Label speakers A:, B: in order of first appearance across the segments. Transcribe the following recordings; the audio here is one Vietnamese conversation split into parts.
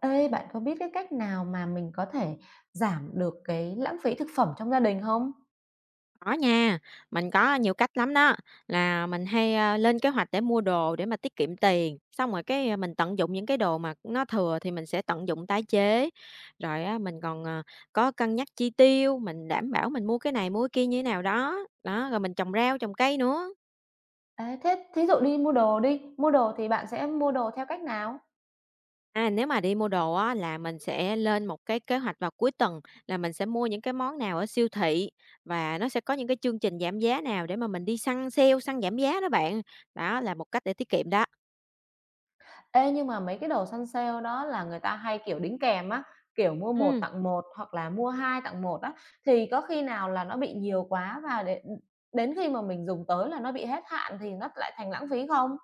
A: Ê, bạn có biết cái cách nào mà mình có thể giảm được cái lãng phí thực phẩm trong gia đình không?
B: Có nha, mình có nhiều cách lắm đó, là mình hay, lên kế hoạch để mua đồ để mà tiết kiệm tiền, xong rồi cái mình tận dụng những cái đồ mà nó thừa thì mình sẽ tận dụng tái chế. Rồi á, mình còn, có cân nhắc chi tiêu, mình đảm bảo mình mua cái này mua cái kia như thế nào đó, đó, rồi mình trồng rau, trồng cây nữa.
A: Ê, thế thí dụ đi, mua đồ thì bạn sẽ mua đồ theo cách nào?
B: À, nếu mà đi mua đồ á, là mình sẽ lên một cái kế hoạch vào cuối tuần là mình sẽ mua những cái món nào ở siêu thị và nó sẽ có những cái chương trình giảm giá nào để mà mình đi săn sale, săn giảm giá đó bạn. Đó là một cách để tiết kiệm đó.
A: Ê, nhưng mà mấy cái đồ săn sale đó là người ta hay kiểu đính kèm á, kiểu mua một
B: Ừm,
A: tặng một hoặc là mua hai tặng một á, thì có khi nào là nó bị nhiều quá và để, đến khi mà mình dùng tới là nó bị hết hạn thì nó lại thành lãng phí không?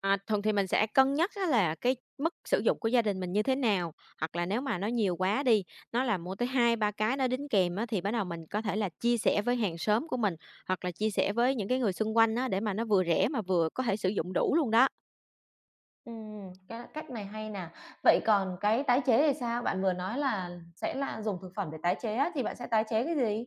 B: thường thì mình sẽ cân nhắc á là cái mức sử dụng của gia đình mình như thế nào, hoặc là nếu mà nó nhiều quá đi, nó là mua tới hai ba cái nó đính kèm á, thì bắt đầu mình có thể là chia sẻ với hàng xóm của mình, hoặc là chia sẻ với những cái người xung quanh á, để mà nó vừa rẻ mà vừa có thể sử dụng đủ luôn đó.
A: Cái cách này hay nè. Vậy còn cái tái chế thì sao? Bạn vừa nói là sẽ là dùng thực phẩm để tái chế á, thì bạn sẽ tái chế cái gì?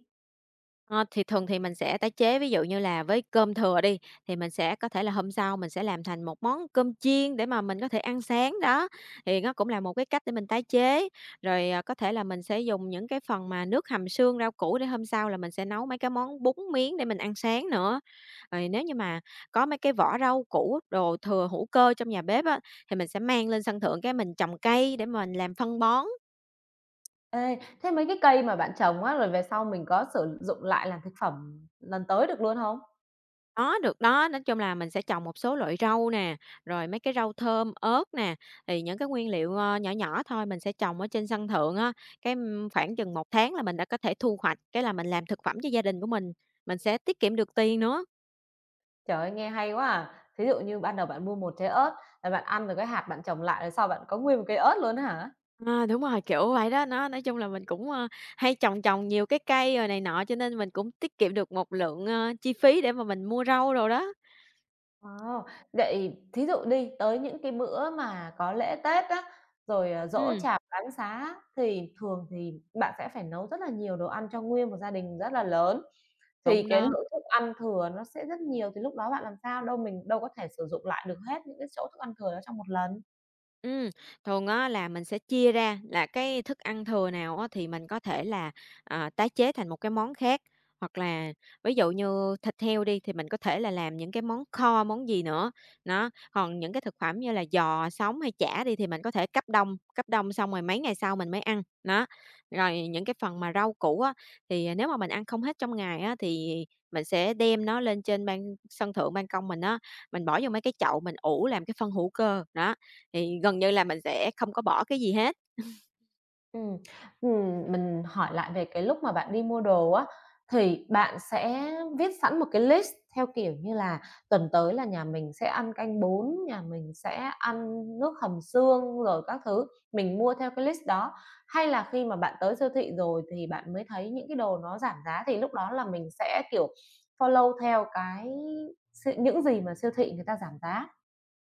B: Ờ, thì thường thì mình sẽ tái chế, ví dụ như là với cơm thừa đi, thì mình sẽ có thể là hôm sau mình sẽ làm thành một món cơm chiên để mà mình có thể ăn sáng đó, thì nó cũng là một cái cách để mình tái chế. Rồi, có thể là mình sẽ dùng những cái phần mà nước hầm xương rau củ để hôm sau là mình sẽ nấu mấy cái món bún miến để mình ăn sáng nữa. Rồi nếu như mà có mấy cái vỏ rau củ, đồ thừa hữu cơ trong nhà bếp á, thì mình sẽ mang lên sân thượng cái mình trồng cây để mà mình làm phân bón.
A: Ê, thế mấy cái cây mà bạn trồng á, rồi về sau mình có sử dụng lại làm thực phẩm lần tới được luôn không?
B: Có, được đó. Nói chung là mình sẽ trồng một số loại rau nè, rồi mấy cái rau thơm, ớt nè, thì những cái nguyên liệu, nhỏ nhỏ thôi mình sẽ trồng ở trên sân thượng á, cái, khoảng chừng một tháng là mình đã có thể thu hoạch, cái là mình làm thực phẩm cho gia đình của mình sẽ tiết kiệm được tiền nữa.
A: Trời ơi, nghe hay quá à! Thí dụ như ban đầu bạn mua một trái ớt, rồi bạn ăn được cái hạt bạn trồng lại, rồi sau bạn có nguyên một cây ớt luôn á hả?
B: Ờ, đúng rồi, kiểu vậy đó. Nó nói chung là mình cũng, hay trồng trồng nhiều cái cây rồi này nọ, cho nên mình cũng tiết kiệm được một lượng, chi phí để mà mình mua rau rồi đó.
A: Wow! Vậy thí dụ đi, tới những cái bữa mà có lễ Tết á, rồi, giỗ
B: Ừm,
A: chạp, đám xá thì thường thì bạn sẽ phải nấu rất là nhiều đồ ăn cho nguyên một gia đình rất là lớn, thì
B: đúng
A: cái
B: đó.
A: lượng thức ăn thừa nó sẽ rất nhiều, thì lúc đó bạn làm sao? Đâu mình đâu có thể sử dụng lại được hết những cái chỗ thức ăn thừa đó trong một lần.
B: Ừm, thường á là mình sẽ chia ra là cái thức ăn thừa nào á thì mình có thể là, tái chế thành một cái món khác, hoặc là ví dụ như thịt heo đi thì mình có thể là làm những cái món kho, món gì nữa. Nó còn những cái thực phẩm như là giò sống hay chả đi thì mình có thể cấp đông xong rồi mấy ngày sau mình mới ăn, đó. Rồi những cái phần mà rau củ á, thì nếu mà mình ăn không hết trong ngày á thì mình sẽ đem nó lên trên ban sân thượng, ban công mình á, mình bỏ vô mấy cái chậu mình ủ làm cái phân hữu cơ, đó. Thì gần như là mình sẽ không có bỏ cái gì hết.
A: Ừm, mình hỏi lại về cái lúc mà bạn đi mua đồ á, thì bạn sẽ viết sẵn một cái list theo kiểu như là tuần tới là nhà mình sẽ ăn canh bún, nhà mình sẽ ăn nước hầm xương rồi các thứ, mình mua theo cái list đó? Hay là khi mà bạn tới siêu thị rồi thì bạn mới thấy những cái đồ nó giảm giá thì lúc đó là mình sẽ, kiểu, follow theo cái s những gì mà siêu thị người ta giảm giá?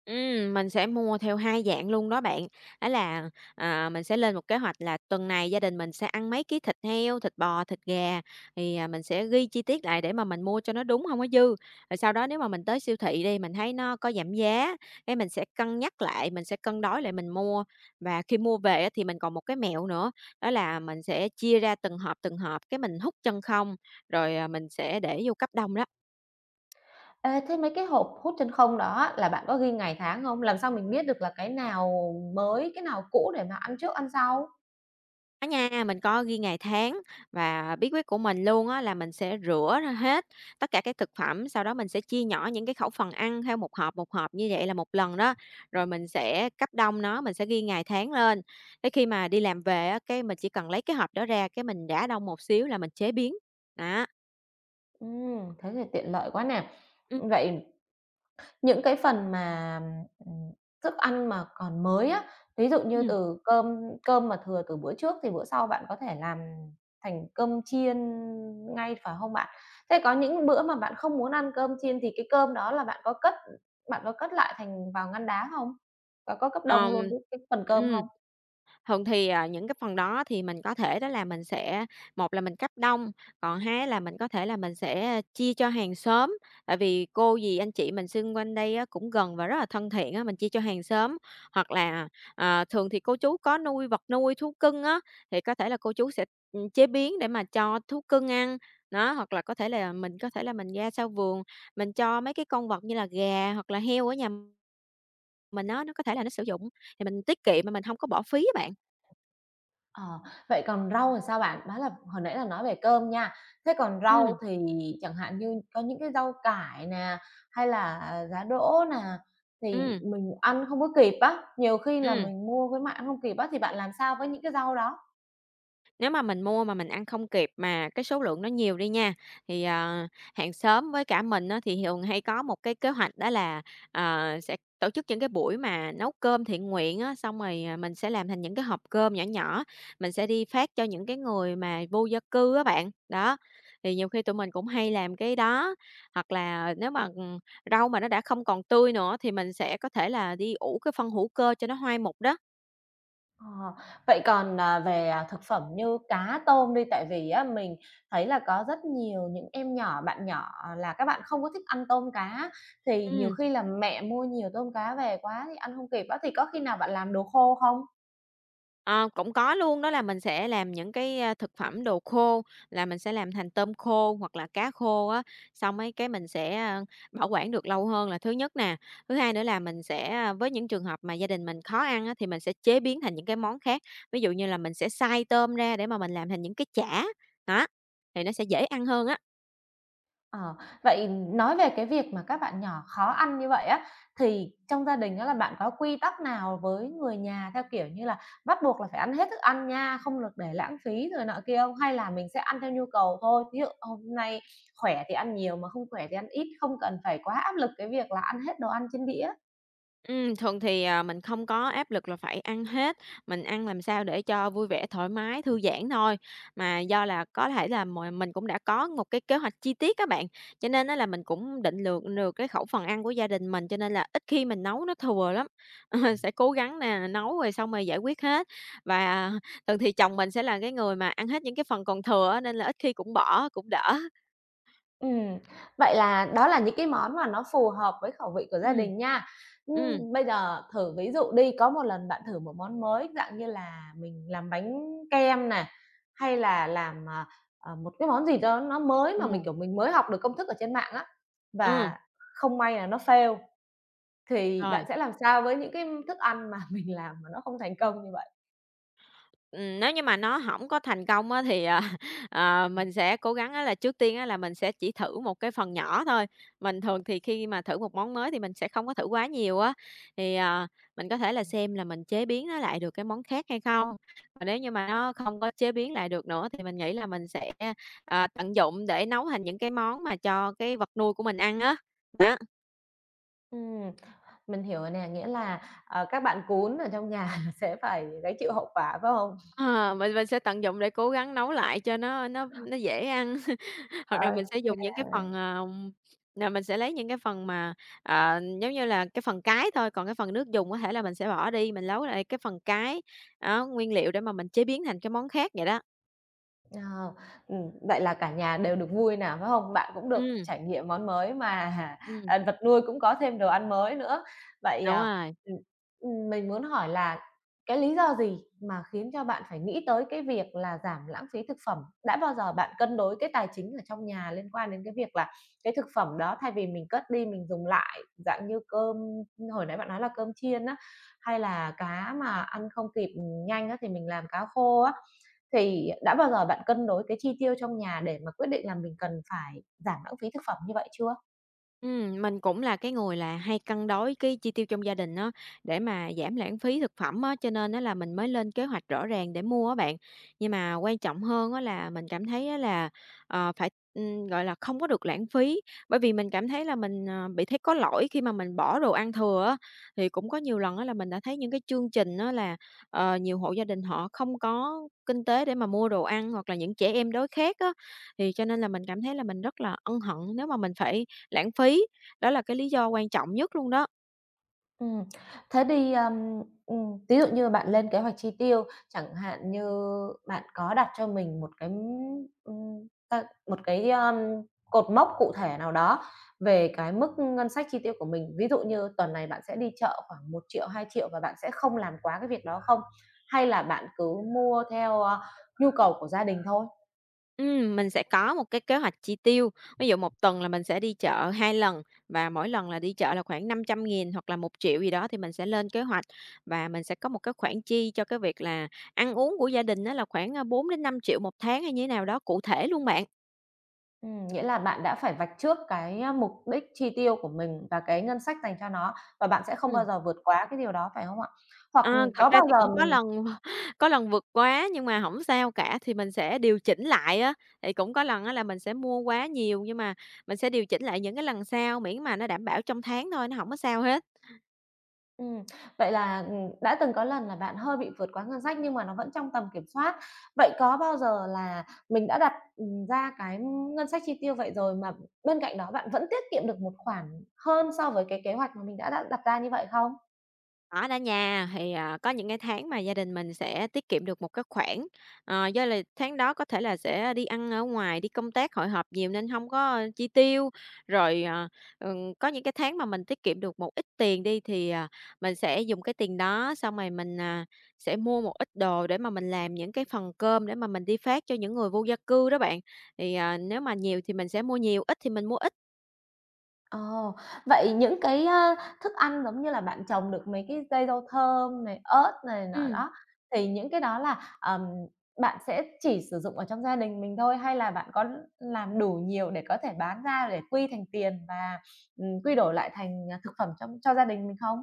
B: Mình sẽ mua theo 2 dạng luôn đó bạn. Đó là, mình sẽ lên một kế hoạch là tuần này gia đình mình sẽ ăn mấy ký thịt heo, thịt bò, thịt gà, thì, mình sẽ ghi chi tiết lại để mà mình mua cho nó đúng, không có dư. Rồi sau đó nếu mà mình tới siêu thị đi, mình thấy nó có giảm giá, cái mình sẽ cân nhắc lại, mình sẽ cân đối lại mình mua. Và khi mua về á thì mình còn một cái mẹo nữa, đó là mình sẽ chia ra từng hộp, cái mình hút chân không, rồi, mình sẽ để vô cấp đông đó.
A: Ê, thế mấy cái hộp hút chân không đó là bạn có ghi ngày tháng không? Làm sao mình biết được là cái nào mới, cái nào cũ để mà ăn trước ăn sau?
B: Có nha, mình có ghi ngày tháng và bí quyết của mình luôn á là mình sẽ rửa ra hết tất cả các thực phẩm, sau đó mình sẽ chia nhỏ những cái khẩu phần ăn theo một hộp như vậy là một lần đó. Rồi mình sẽ cấp đông nó, mình sẽ ghi ngày tháng lên. Tới khi mà đi làm về á, cái mình chỉ cần lấy cái hộp đó ra, cái mình rã đông một xíu là mình chế biến. Đó.
A: Thế thì tiện lợi quá nè.
B: Ừm,
A: Vậy những cái phần mà, ừm, thức ăn mà còn mới á, ví dụ như
B: ừm,
A: từ cơm cơm mà thừa từ bữa trước thì bữa sau bạn có thể làm thành cơm chiên ngay, phải không bạn? Thế có những bữa mà bạn không muốn ăn cơm chiên thì cái cơm đó là bạn có cất lại thành vào ngăn đá không? Và có cấp đông
B: ờm,
A: luôn cái phần cơm
B: ừm.
A: không?
B: Thường thì, những cái phần đó thì mình có thể đó là mình sẽ một là mình cấp đông, còn hai là mình có thể là mình sẽ chia cho hàng xóm. Tại vì cô dì anh chị mình xung quanh đây á cũng gần và rất là thân thiện á, mình chia cho hàng xóm. Hoặc là, thường thì cô chú có nuôi vật nuôi thú cưng á, thì có thể là cô chú sẽ, chế biến để mà cho thú cưng ăn. Đó, hoặc là có thể là mình có thể là mình ra sau vườn, mình cho mấy cái con vật như là gà hoặc là heo ở nhà mình nó có thể là nó sử dụng, thì mình tiết kiệm mà mình không có bỏ phí á bạn.
A: Ờ, vậy còn rau thì sao bạn? Đó là hồi nãy là nói về cơm nha. Thế còn rau
B: Ừm.
A: thì chẳng hạn như có những cái rau cải nè, hay là giá đỗ nè, thì
B: Ừ,
A: mình ăn không có kịp á, nhiều khi là
B: ừm,
A: mình mua với mạng không kịp á, thì bạn làm sao với những cái rau đó?
B: nếu mà mình mua mà mình ăn không kịp mà cái số lượng nó nhiều đi nha, thì, hàng xóm với cả mình á thì thường hay có một cái kế hoạch đó là, sẽ tổ chức những cái buổi mà nấu cơm thiện nguyện á, xong rồi, mình sẽ làm thành những cái hộp cơm nhỏ nhỏ, mình sẽ đi phát cho những cái người mà vô gia cư á bạn. Đó, thì nhiều khi tụi mình cũng hay làm cái đó, hoặc là nếu mà, rau mà nó đã không còn tươi nữa thì mình sẽ có thể là đi ủ cái phân hữu cơ cho nó hoai mục đó.
A: Ờ, vậy còn, thực phẩm như cá, tôm đi, tại vì á mình thấy là có rất nhiều những em nhỏ, bạn nhỏ à, là các bạn không có thích ăn tôm cá, thì nhiều
B: Ừm.
A: khi là mẹ mua nhiều tôm cá về quá thì ăn không kịp á, thì có khi nào bạn làm đồ khô không?
B: Ờ, cũng có luôn, đó là mình sẽ làm những cái, thực phẩm đồ khô, là mình sẽ làm thành tôm khô hoặc là cá khô á, xong ấy cái mình sẽ, bảo quản được lâu hơn là thứ nhất nè. Thứ hai nữa là mình sẽ với những trường hợp mà gia đình mình khó ăn á, thì mình sẽ chế biến thành những cái món khác, ví dụ như là mình sẽ xay tôm ra để mà mình làm thành những cái chả, đó, thì nó sẽ dễ ăn hơn á.
A: Ờ, vậy nói về cái việc mà các bạn nhỏ khó ăn như vậy á, thì trong gia đình á là bạn có quy tắc nào với người nhà theo kiểu như là bắt buộc là phải ăn hết thức ăn nha, không được để lãng phí rồi nọ kia không? Hay là mình sẽ ăn theo nhu cầu thôi, ví dụ hôm nay khỏe thì ăn nhiều mà không khỏe thì ăn ít, không cần phải quá áp lực cái việc là ăn hết đồ ăn trên đĩa?
B: Thường thì, mình không có áp lực là phải ăn hết, mình ăn làm sao để cho vui vẻ, thoải mái, thư giãn thôi. Mà do là có thể là mồi mình cũng đã có một cái kế hoạch chi tiết các bạn, cho nên á là mình cũng định lượng được cái khẩu phần ăn của gia đình mình, cho nên là ít khi mình nấu nó thừa lắm. sẽ cố gắng nè, nấu rồi xong rồi giải quyết hết. Và thường thì chồng mình sẽ là cái người mà ăn hết những cái phần còn thừa á, nên là ít khi cũng bỏ, cũng đỡ.
A: Ừm, vậy là đó là những cái món mà nó phù hợp với khẩu vị của gia
B: Ừ.
A: đình nha.
B: Ừm.
A: Ưm, bây giờ thử ví dụ đi, có một lần bạn thử một món mới dạng như là mình làm bánh kem nè, hay là làm, một cái món gì đó nó mới mà mình,
B: Ừm.
A: kiểu, mình mới học được công thức ở trên mạng á,
B: Ừ,
A: và không may là nó fail, thì bạn
B: rồi.
A: sẽ làm sao với những cái thức ăn mà mình làm mà nó không thành công như vậy?
B: Nếu như mà nó hổng có thành công á thì,
A: Ừm,
B: mình sẽ cố gắng á là trước tiên á là mình sẽ chỉ thử một cái phần nhỏ thôi. Mình thường thì khi mà thử một món mới thì mình sẽ không có thử quá nhiều á, thì, mình có thể là xem là mình chế biến nó lại được cái món khác hay không. Và nếu như mà nó không có chế biến lại được nữa thì mình nghĩ là mình sẽ, tận dụng để nấu thành những cái món mà cho cái vật nuôi của mình ăn á. Đó.
A: Ừm, mình hiểu rồi nè, nghĩa là, các bạn cún ở trong nhà là sẽ phải gánh chịu hậu quả, phải không?
B: Ờ, mình sẽ tận dụng để cố gắng nấu lại cho nó dễ ăn. Hoặc là mình
A: Ô,
B: sẽ dùng những cái phần, là mình sẽ lấy những cái phần mà, giống như là, cái phần cái thôi, còn cái phần nước dùng có thể là mình sẽ bỏ đi, mình nấu lại cái phần cái, đó, nguyên liệu để mà mình chế biến thành cái món khác vậy đó.
A: Ờ, vậy là cả nhà đều được vui nè, phải không? Bạn cũng được
B: Ừm,
A: trải nghiệm món mới mà,
B: ừm,
A: à, vật nuôi cũng có thêm đồ ăn mới nữa. Vậy,
B: đúng rồi.
A: ừm, mình muốn hỏi là cái lý do gì mà khiến cho bạn phải nghĩ tới cái việc là giảm lãng phí thực phẩm? Đã bao giờ bạn cân đối cái tài chính ở trong nhà liên quan đến cái việc là cái thực phẩm đó thay vì mình cất đi mình dùng lại, dạng như cơm hồi nãy bạn nói là cơm chiên á, hay là cá mà ăn không kịp, nhanh á thì mình làm cá khô á, thì đã bao giờ bạn cân đối cái chi tiêu trong nhà để mà quyết định là mình cần phải giảm lãng phí thực phẩm như vậy chưa?
B: Mình cũng là cái người là hay cân đối cái chi tiêu trong gia đình á, để mà giảm lãng phí thực phẩm á, cho nên đó là mình mới lên kế hoạch rõ ràng để mua á bạn. Nhưng mà quan trọng hơn á là mình cảm thấy á là, gọi là, không có được lãng phí, bởi vì mình cảm thấy là mình, bị thấy có lỗi khi mà mình bỏ đồ ăn thừa á. Thì cũng có nhiều lần á là mình đã thấy những cái chương trình á là, nhiều hộ gia đình họ không có kinh tế để mà mua đồ ăn, hoặc là những trẻ em đói khát á, thì cho nên là mình cảm thấy là mình rất là ân hận nếu mà mình phải lãng phí, đó là cái lý do quan trọng nhất luôn đó.
A: Ừm, thế thì, ví dụ như bạn lên kế hoạch chi tiêu, chẳng hạn như bạn có đặt cho mình một cái, ta một cái, cột mốc cụ thể nào đó về cái mức ngân sách chi tiêu của mình. Ví dụ như tuần này bạn sẽ đi chợ khoảng 1.000.000 2.000.000 và bạn sẽ không làm quá cái việc đó không? Hay là bạn cứ mua theo, nhu cầu của gia đình thôi?
B: Mình sẽ có một cái kế hoạch chi tiêu, ví dụ một tuần là mình sẽ đi chợ 2 lần và mỗi lần là đi chợ là khoảng 500.000 hoặc là 1.000.000 gì đó thì mình sẽ lên kế hoạch và mình sẽ có một cái khoản chi cho cái việc là ăn uống của gia đình đó là khoảng, 4.000.000 5.000 tháng hay như thế nào đó cụ thể luôn bạn.
A: Nghĩa là bạn đã phải vạch trước cái, mục đích chi tiêu của mình và cái ngân sách dành cho nó, và bạn sẽ không bao
B: Ừm.
A: giờ vượt quá cái điều đó, phải không ạ? Hoặc, ừ,
B: Ờ, Thật
A: có bao
B: ra thì
A: giờ
B: cũng có
A: mình
B: lần có lần vượt quá nhưng mà không sao cả, thì mình sẽ điều chỉnh lại á. Thì cũng có lần á là mình sẽ mua quá nhiều nhưng mà mình sẽ điều chỉnh lại những cái lần sau, miễn mà nó đảm bảo trong tháng thôi, nó không có sao hết.
A: ừm, vậy là, đã từng có lần là bạn hơi bị vượt quá ngân sách nhưng mà nó vẫn trong tầm kiểm soát. Vậy có bao giờ là mình đã đặt, ra cái ngân sách chi tiêu vậy rồi mà bên cạnh đó bạn vẫn tiết kiệm được một khoản hơn so với cái kế hoạch mà mình đã đặt ra như vậy không?
B: Ở đó nhà thì, có những cái tháng mà gia đình mình sẽ tiết kiệm được một cái khoản, do là tháng đó có thể là sẽ đi ăn ở ngoài, đi công tác, hội họp nhiều nên không có chi tiêu. Rồi, ờ, có những cái tháng mà mình tiết kiệm được một ít tiền đi thì, mình sẽ dùng cái tiền đó xong rồi mình, sẽ mua một ít đồ để mà mình làm những cái phần cơm để mà mình đi phát cho những người vô gia cư đó bạn. Thì, nếu mà nhiều thì mình sẽ mua nhiều, ít thì mình mua ít.
A: Ồ, vậy những cái, thức ăn giống như là bạn trồng được mấy cái cây rau thơm này, ớt này nọ
B: Ừm.
A: đó, thì những cái đó là, bạn sẽ chỉ sử dụng ở trong gia đình mình thôi hay là bạn có làm đủ nhiều để có thể bán ra để quy thành tiền và, quy đổi lại thành, thực phẩm trong cho gia đình mình không?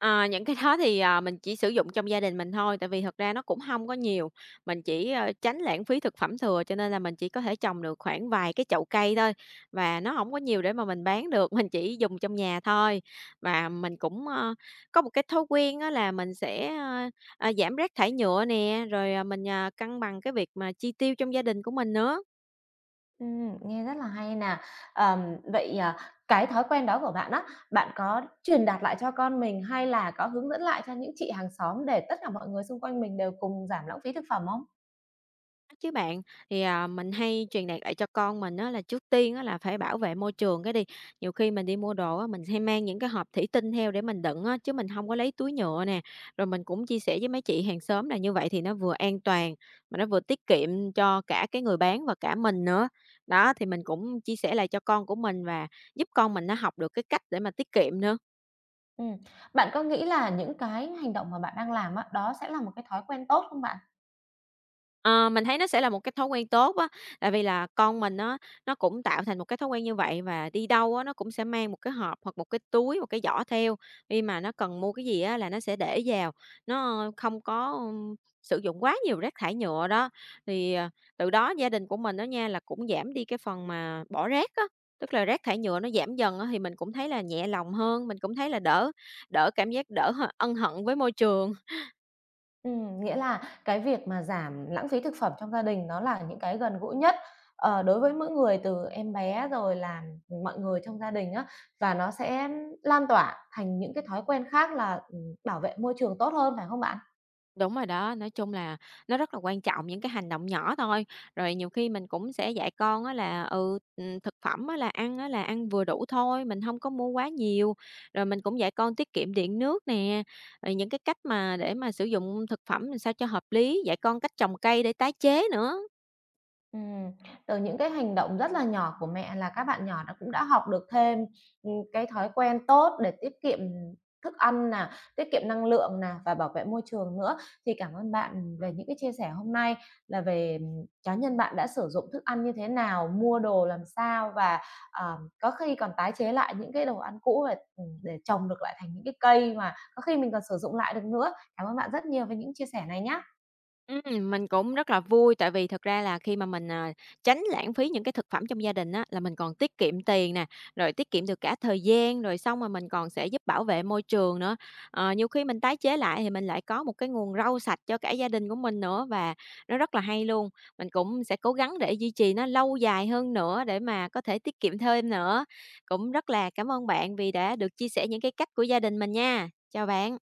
B: Những cái đó thì, mình chỉ sử dụng trong gia đình mình thôi, tại vì thật ra nó cũng không có nhiều, mình chỉ, tránh lãng phí thực phẩm thừa, cho nên là mình chỉ có thể trồng được khoảng vài cái chậu cây thôi, và nó không có nhiều để mà mình bán được, mình chỉ dùng trong nhà thôi. Và mình cũng, có một cái thói quen á là mình sẽ, giảm rác thải nhựa nè, rồi mình cân bằng cái việc mà chi tiêu trong gia đình của mình nữa.
A: Nghe rất là hay nè. Vậy, cái thói quen đó của bạn á, bạn có truyền đạt lại cho con mình hay là có hướng dẫn lại cho những chị hàng xóm để tất cả mọi người xung quanh mình đều cùng giảm lãng phí thực phẩm không?
B: Chứ bạn, thì, mình hay truyền đạt lại cho con mình á là trước tiên á là phải bảo vệ môi trường cái đi. Nhiều khi mình đi mua đồ á, mình hay mang những cái hộp thủy tinh theo để mình đựng á, chứ mình không có lấy túi nhựa nè. Rồi mình cũng chia sẻ với mấy chị hàng xóm là như vậy thì nó vừa an toàn, mà nó vừa tiết kiệm cho cả cái người bán và cả mình nữa. Đó, thì mình cũng chia sẻ lại cho con của mình và giúp con mình nó học được cái cách để mà tiết kiệm nữa.
A: Ừm, bạn có nghĩ là những cái hành động mà bạn đang làm á, đó sẽ là một cái thói quen tốt không bạn?
B: Ờ, mình thấy nó sẽ là một cái thói quen tốt á, tại vì là con mình nó cũng tạo thành một cái thói quen như vậy và đi đâu á, nó cũng sẽ mang một cái hộp hoặc một cái túi, một cái giỏ theo, khi mà nó cần mua cái gì á, là nó sẽ để vào, nó không có, sử dụng quá nhiều rác thải nhựa đó. Thì, từ đó gia đình của mình đó nha, là cũng giảm đi cái phần mà bỏ rác á, tức là rác thải nhựa nó giảm dần á, thì mình cũng thấy là nhẹ lòng hơn, mình cũng thấy là đỡ đỡ cảm giác đỡ h ân hận với môi trường.
A: Nghĩa là cái việc mà giảm lãng phí thực phẩm trong gia đình nó là những cái gần gũi nhất, đối với mỗi người từ em bé rồi là mọi người trong gia đình á, và nó sẽ lan tỏa thành những cái thói quen khác là, bảo vệ môi trường tốt hơn, phải không bạn?
B: Đúng rồi đó, nói chung là nó rất là quan trọng những cái hành động nhỏ thôi. Rồi nhiều khi mình cũng sẽ dạy con á là, thực phẩm á là ăn vừa đủ thôi, mình không có mua quá nhiều. Rồi mình cũng dạy con tiết kiệm điện nước nè, rồi những cái cách mà để mà sử dụng thực phẩm làm sao cho hợp lý, dạy con cách trồng cây để tái chế nữa.
A: Ừm, từ những cái hành động rất là nhỏ của mẹ là các bạn nhỏ nó cũng đã học được thêm, cái thói quen tốt để tiết kiệm thức ăn nà, tiết kiệm năng lượng nè và bảo vệ môi trường nữa. Thì cảm ơn bạn về những cái chia sẻ hôm nay là về, cá nhân bạn đã sử dụng thức ăn như thế nào, mua đồ làm sao và, có khi còn tái chế lại những cái đồ ăn cũ và, để trồng được lại thành những cái cây mà có khi mình còn sử dụng lại được nữa. Cảm ơn bạn rất nhiều về những chia sẻ này nhé.
B: Mình cũng rất là vui, tại vì thật ra là khi mà mình, tránh lãng phí những cái thực phẩm trong gia đình á, là mình còn tiết kiệm tiền nè, rồi tiết kiệm được cả thời gian, rồi xong rồi mình còn sẽ giúp bảo vệ môi trường nữa. Nhiều khi mình tái chế lại thì mình lại có một cái nguồn rau sạch cho cả gia đình của mình nữa và nó rất là hay luôn. Mình cũng sẽ cố gắng để duy trì nó lâu dài hơn nữa để mà có thể tiết kiệm thêm nữa. Cũng rất là cảm ơn bạn vì đã được chia sẻ những cái cách của gia đình mình nha. Chào bạn.